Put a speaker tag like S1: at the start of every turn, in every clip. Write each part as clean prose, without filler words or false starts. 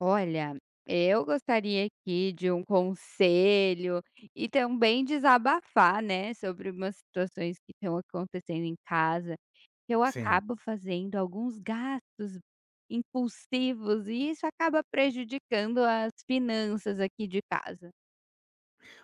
S1: Olha, eu gostaria aqui de um conselho e também desabafar, né, sobre umas situações que estão acontecendo em casa. Eu
S2: Sim.
S1: acabo fazendo alguns gastos impulsivos e isso acaba prejudicando as finanças aqui de casa.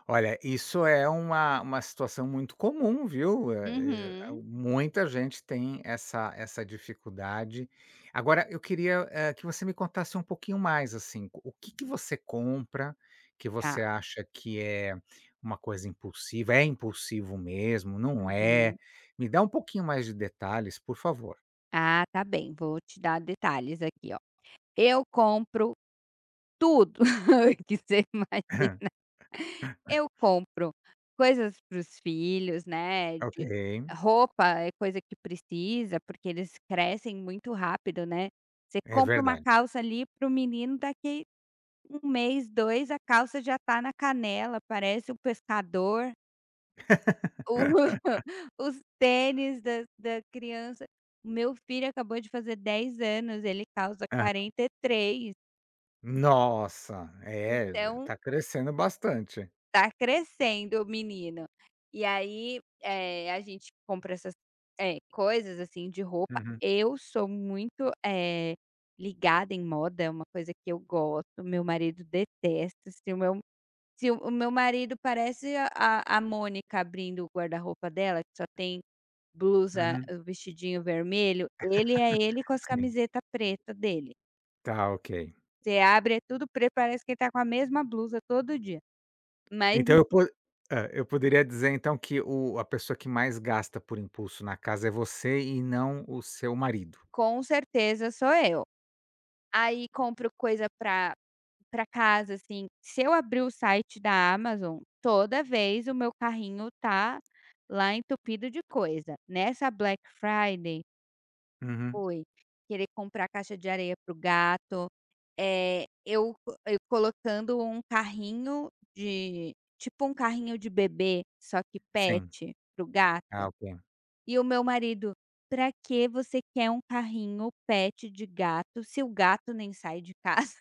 S2: Olha, isso é uma situação muito comum, viu.
S1: Uhum.
S2: Muita gente tem essa dificuldade. Agora eu queria, que você me contasse um pouquinho mais, assim, o que você compra, que
S1: Tá.
S2: você acha que é uma coisa impulsiva, é impulsivo mesmo, não é?
S1: Uhum.
S2: Me dá um pouquinho mais de detalhes, por favor.
S1: Ah, tá bem. Vou te dar detalhes aqui, ó. Eu compro tudo que você imagina. Eu compro coisas para os filhos, né,
S2: Ok,
S1: de roupa é coisa que precisa, porque eles crescem muito rápido, né. Você
S2: é
S1: compra uma
S2: verdade.
S1: calça ali para o menino, daqui um mês, 2, a calça já tá na canela, parece um pescador. O os tênis da criança. O meu filho acabou de fazer 10 anos, ele calça
S2: Aham.
S1: 43,
S2: Nossa, é,
S1: então
S2: tá crescendo bastante.
S1: tá crescendo o menino. E aí, a gente compra essas coisas, assim, de roupa.
S2: Uhum,
S1: Eu sou muito ligada em moda, é uma coisa que eu gosto, meu marido detesta. Se o meu marido parece a Mônica abrindo o guarda-roupa dela, que só tem blusa,
S2: uhum.
S1: o vestidinho vermelho, ele é ele com as
S2: Sim.
S1: camiseta preta dele.
S2: Tá, ok.
S1: Você abre, é tudo preto, parece que ele tá com a mesma blusa todo dia. Mas
S2: Então eu po eu poderia dizer então que o a pessoa que mais gasta por impulso na casa é você e não o seu marido.
S1: com certeza sou eu. Aí compro coisa pra casa, assim, se eu abrir o site da Amazon, toda vez o meu carrinho tá lá entupido de coisa. Nessa Black Friday
S2: Uhum.
S1: foi querer comprar caixa de areia pro gato, é eu colocando um carrinho de tipo um carrinho de bebê, só que
S2: Sim.
S1: pet, pro gato.
S2: Ah, ok.
S1: E o meu marido: "Pra que você quer um carrinho pet de gato se o gato nem sai de casa?"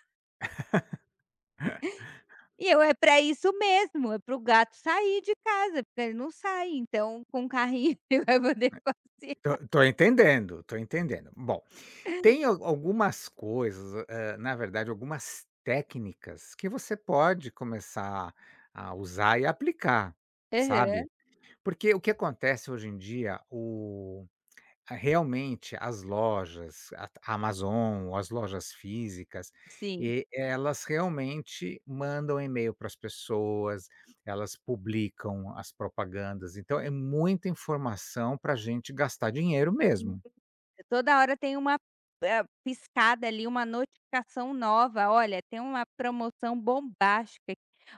S1: E eu é para isso mesmo, é para o gato sair de casa, porque ele não sai, então com o carrinho ele vai poder passear.
S2: Tô entendendo, tô entendendo. Bom, tem al algumas coisas, na verdade algumas técnicas que você pode começar a usar e aplicar,
S1: Aham,
S2: sabe. Porque o que acontece hoje em dia, ah, realmente as lojas, a Amazon ou as lojas físicas,
S1: sim.
S2: e elas realmente mandam e-mail para as pessoas, elas publicam as propagandas, então é muita informação para a gente gastar dinheiro mesmo.
S1: Toda hora tem uma piscada ali, uma notificação nova, olha, tem uma promoção bombástica.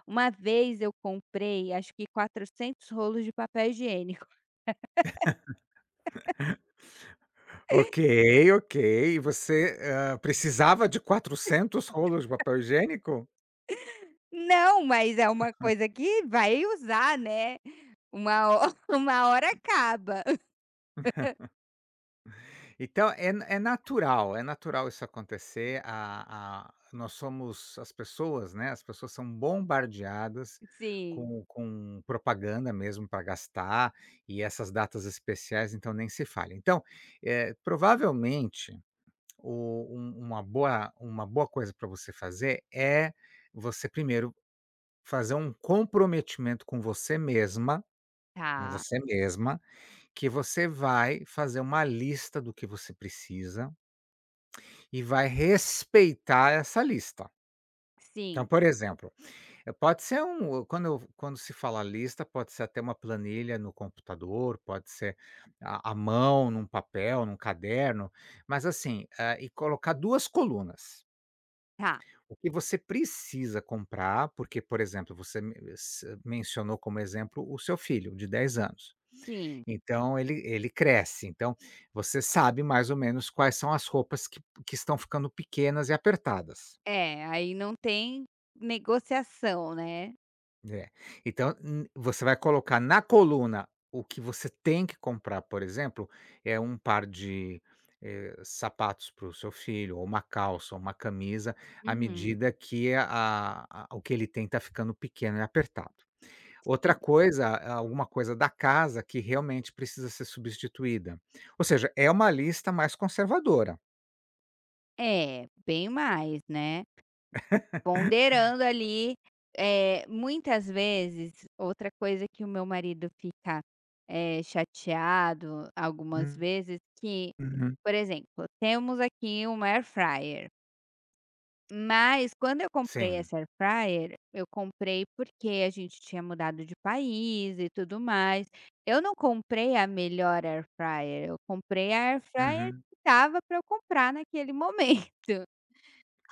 S1: Uma vez eu comprei acho que 400 rolos de papel higiênico.
S2: Ok, ok. E você, precisava de 400 rolos de papel higiênico?
S1: Não, mas é uma coisa que vai usar, né, uma ho uma hora acaba.
S2: Então é na é natural isso acontecer, a nós somos as pessoas, né, as pessoas são bombardeadas
S1: Sim,
S2: com propaganda mesmo para gastar, e essas datas especiais, então nem se fala. Então, provavelmente, o um uma boa coisa para você fazer é você primeiro fazer um comprometimento com
S1: tá,
S2: você mesma, que você vai fazer uma lista do que você precisa e vai respeitar essa lista. Então,
S1: sim,
S2: por exemplo, eh, pode ser um quando eu quando se fala lista, pode ser até uma planilha no computador, pode ser à mão, num papel, num caderno, mas assim, e colocar 2 colunas.
S1: tá,
S2: O que você precisa comprar, porque, por exemplo, você me se mencionou como exemplo o seu filho de 10 anos.
S1: sim.
S2: Então ele cresce, então você sabe mais ou menos quais são as roupas que estão ficando pequenas e apertadas.
S1: É, aí não tem negociação, né.
S2: É. Então, você vai colocar na coluna o que você tem que comprar, por exemplo, é um par de, sapatos para o seu filho, ou uma calça, ou uma camisa, à
S1: Uhum.
S2: medida que a o que ele tem está ficando pequeno e apertado. Outra
S1: Sim.
S2: coisa, alguma coisa da casa que realmente precisa ser substituída. Ou seja, é uma lista mais conservadora.
S1: É, bem mais, né. Ponderando ali, muitas vezes outra coisa que o meu marido fica chateado algumas vezes que,
S2: Uhum.
S1: por exemplo, temos aqui uma air fryer. Mas quando eu comprei
S2: Sim.
S1: essa air fryer, eu comprei porque a gente tinha mudado de país e tudo mais. Eu não comprei a melhor air fryer, eu comprei a air fryer
S2: Uhum.
S1: que dava para eu comprar naquele momento.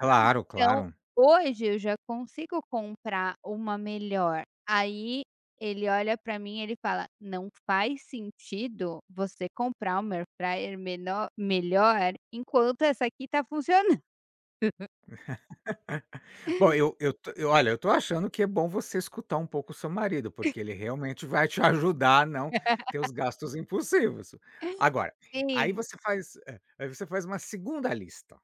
S2: Claro,
S1: Então,
S2: claro.
S1: hoje eu já consigo comprar uma melhor. Aí ele olha para mim e ele fala: "Não faz sentido você comprar uma air fryer menor melhor enquanto essa aqui tá funcionando".
S2: Bom, eu tô eu olha, eu tô achando que é bom você escutar um pouco o seu marido, porque ele realmente vai te ajudar a não ter os gastos impulsivos. Agora,
S1: Sim.
S2: aí você faz uma segunda lista,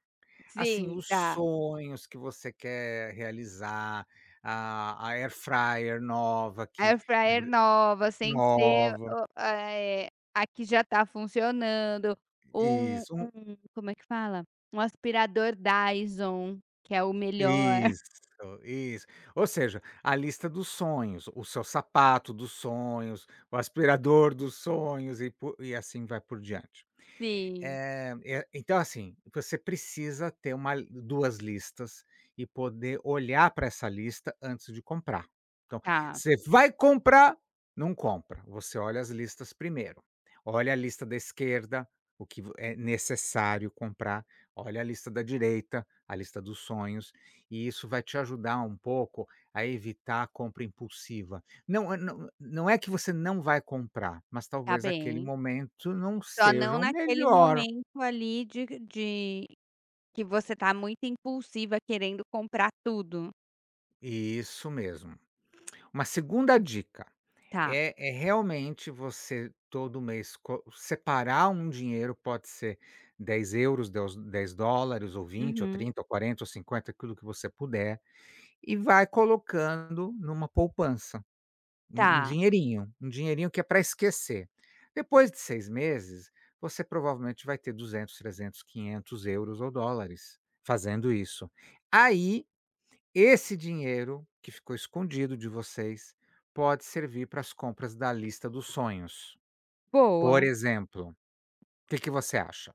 S2: assim,
S1: Sim,
S2: os
S1: tá.
S2: sonhos que você quer realizar, a air fryer nova que
S1: Air fryer nova, sem ser
S2: nova.
S1: a que já tá funcionando, um
S2: Isso.
S1: um como é que fala? Um aspirador Dyson, que é o melhor.
S2: Isso, isso. Ou seja, a lista dos sonhos, o seu sapato dos sonhos, o aspirador dos sonhos e assim vai por diante.
S1: Sim,
S2: E então, assim, você precisa ter uma 2 listas e poder olhar para essa lista antes de comprar. Então,
S1: tá,
S2: você vai comprar, não compra, você olha as listas primeiro. Olha a lista da esquerda, o que vo é necessário comprar, olha a lista da direita, a lista dos sonhos, e isso vai te ajudar um pouco a evitar a compra impulsiva. Não, não é que você não vai comprar, mas
S1: tá
S2: talvez aquele
S1: bem.
S2: momento não
S1: Só
S2: seja
S1: não
S2: o
S1: naquele
S2: melhor.
S1: momento ali de que você tá muito impulsiva querendo comprar tudo.
S2: Isso mesmo. Uma segunda dica
S1: Tá.
S2: é realmente você todo mês co separar um dinheiro, pode ser €10, dez dólares ou vinte, ou
S1: Uhum.
S2: 30, ou 40, ou 50, aquilo que você puder, e vai colocando numa poupança. Um
S1: Tá,
S2: dinheirinho, um dinheirinho que é para esquecer. Depois de 6 meses, você provavelmente vai ter 200 300 500 euros ou dólares fazendo isso. Aí, esse dinheiro que ficou escondido de vocês, pode servir para as compras da lista dos sonhos, por
S1: boa.
S2: exemplo. O Que que você acha?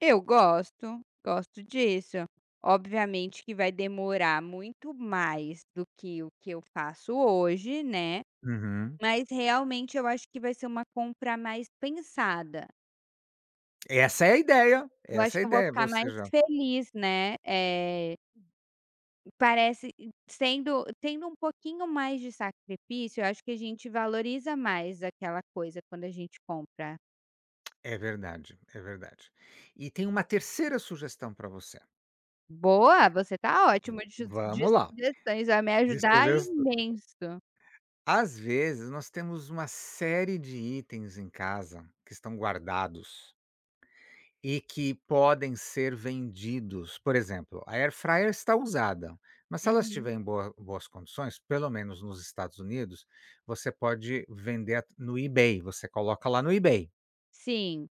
S1: Eu gosto, gosto disso. Obviamente que vai demorar muito mais do que o que eu faço hoje, né,
S2: Uhum.
S1: mas realmente eu acho que vai ser uma compra mais pensada.
S2: Essa é a ideia,
S1: Eu acho
S2: essa é
S1: que
S2: a
S1: eu vou
S2: ideia,
S1: ficar
S2: ou
S1: mais
S2: seja
S1: feliz, né, parece sendo tendo um pouquinho mais de sacrifício, eu acho que a gente valoriza mais aquela coisa quando a gente compra.
S2: é verdade, é verdade. E tem uma terceira sugestão para você.
S1: Boa, você tá ótimo de de
S2: Vamos lá,
S1: sugestões, vai me
S2: de
S1: ajudar
S2: sugestão.
S1: imenso.
S2: Às vezes, nós temos uma série de itens em casa que estão guardados e que podem ser vendidos. Por exemplo, a air fryer está usada, mas se ela
S1: Uhum.
S2: estiver em boas condições, pelo menos nos Estados Unidos, você pode vender no eBay, você coloca lá no eBay.
S1: Sim.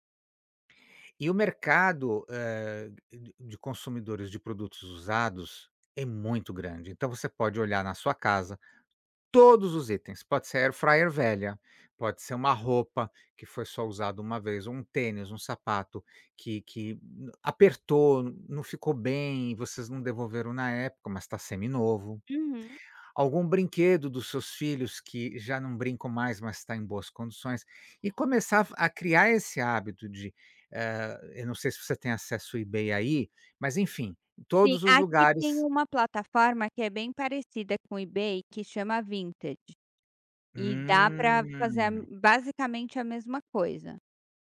S2: E o mercado de consumidores de produtos usados é muito grande. Então você pode olhar na sua casa, todos os itens, pode ser air fryer velha, pode ser uma roupa que foi só usada uma vez, um tênis, um sapato que apertou, não ficou bem, vocês não devolveram na época, mas está seminovo.
S1: Uhum.
S2: Algum brinquedo dos seus filhos que já não brincam mais, mas está em boas condições. E começar a criar esse hábito de, eu não sei se você tem acesso ao eBay aí, mas enfim,
S1: Sim,
S2: todos os
S1: aqui
S2: lugares.
S1: tem uma plataforma que é bem parecida com o eBay que chama Vinted, e dá pra fazer a
S2: Hum.
S1: basicamente a mesma coisa.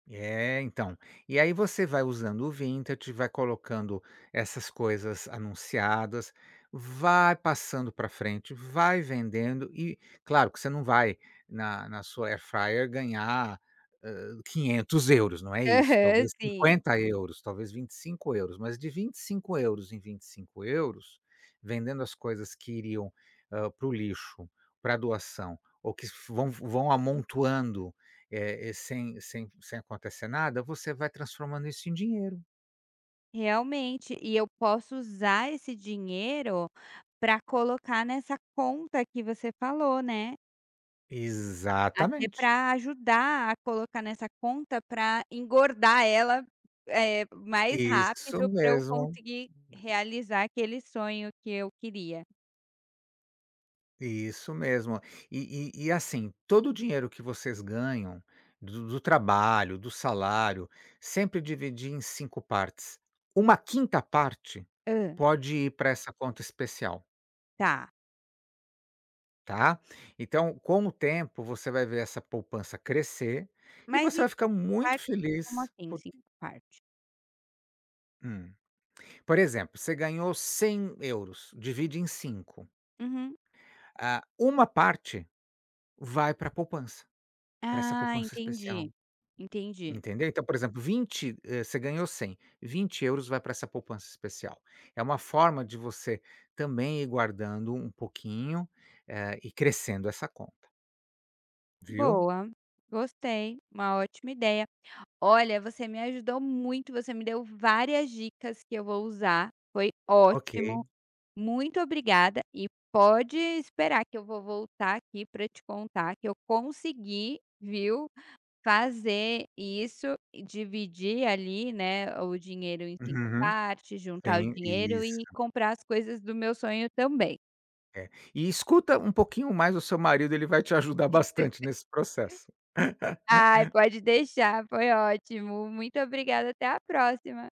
S2: É, então. E aí você vai usando o vintage, vai colocando essas coisas anunciadas, vai passando para frente, vai vendendo e claro que você não vai na sua air fryer ganhar, €500, não é isso,
S1: Aham,
S2: talvez
S1: sim.
S2: €50, talvez €25. Mas de €25 em €25 vendendo as coisas que iriam, para o lixo, para doação ou que vão amontoando, e sem acontecer nada, você vai transformando isso em dinheiro.
S1: Realmente, e eu posso usar esse dinheiro para colocar nessa conta que você falou, né, até
S2: Exatamente.
S1: para ajudar a colocar nessa conta para engordar ela mais
S2: Isso
S1: rápido para eu
S2: mesmo.
S1: conseguir realizar aquele sonho que eu queria.
S2: Isso mesmo. E assim, todo o dinheiro que vocês ganham do trabalho, do salário, sempre dividir em 5 partes. Uma quinta parte
S1: Hã,
S2: pode ir para essa conta especial,
S1: tá.
S2: tá. Então, com o tempo, você vai ver essa poupança crescer e
S1: Mas
S2: você
S1: em
S2: vai ficar muito
S1: partes, como
S2: feliz
S1: assim
S2: porque
S1: 5 partes?
S2: hum. Por exemplo, você ganhou €100, divide em 5.
S1: Uhum.
S2: Ah, uma parte vai para a poupança, para essa
S1: Ah,
S2: poupança especial,
S1: entendi, entendi.
S2: entendeu? Então, por exemplo, 20, você ganhou 100, €20 vai para essa poupança especial. É uma forma de você também ir guardando um pouquinho, e crescendo essa conta, viu?
S1: Boa, gostei, uma ótima ideia. Olha, você me ajudou muito, você me deu várias dicas que eu vou usar, foi
S2: Ok.
S1: ótimo, muito obrigada e pode esperar que eu vou voltar aqui pra te contar que eu consegui, viu? Fazer isso e dividir ali, né, o dinheiro em 5
S2: Uhum.
S1: partes, juntar o
S2: Sim,
S1: dinheiro
S2: isso,
S1: e comprar as coisas do meu sonho também.
S2: é. E escuta um pouquinho mais o seu marido, ele vai te ajudar bastante nesse processo.
S1: Ai, pode deixar, foi ótimo. Muito obrigada, até a próxima.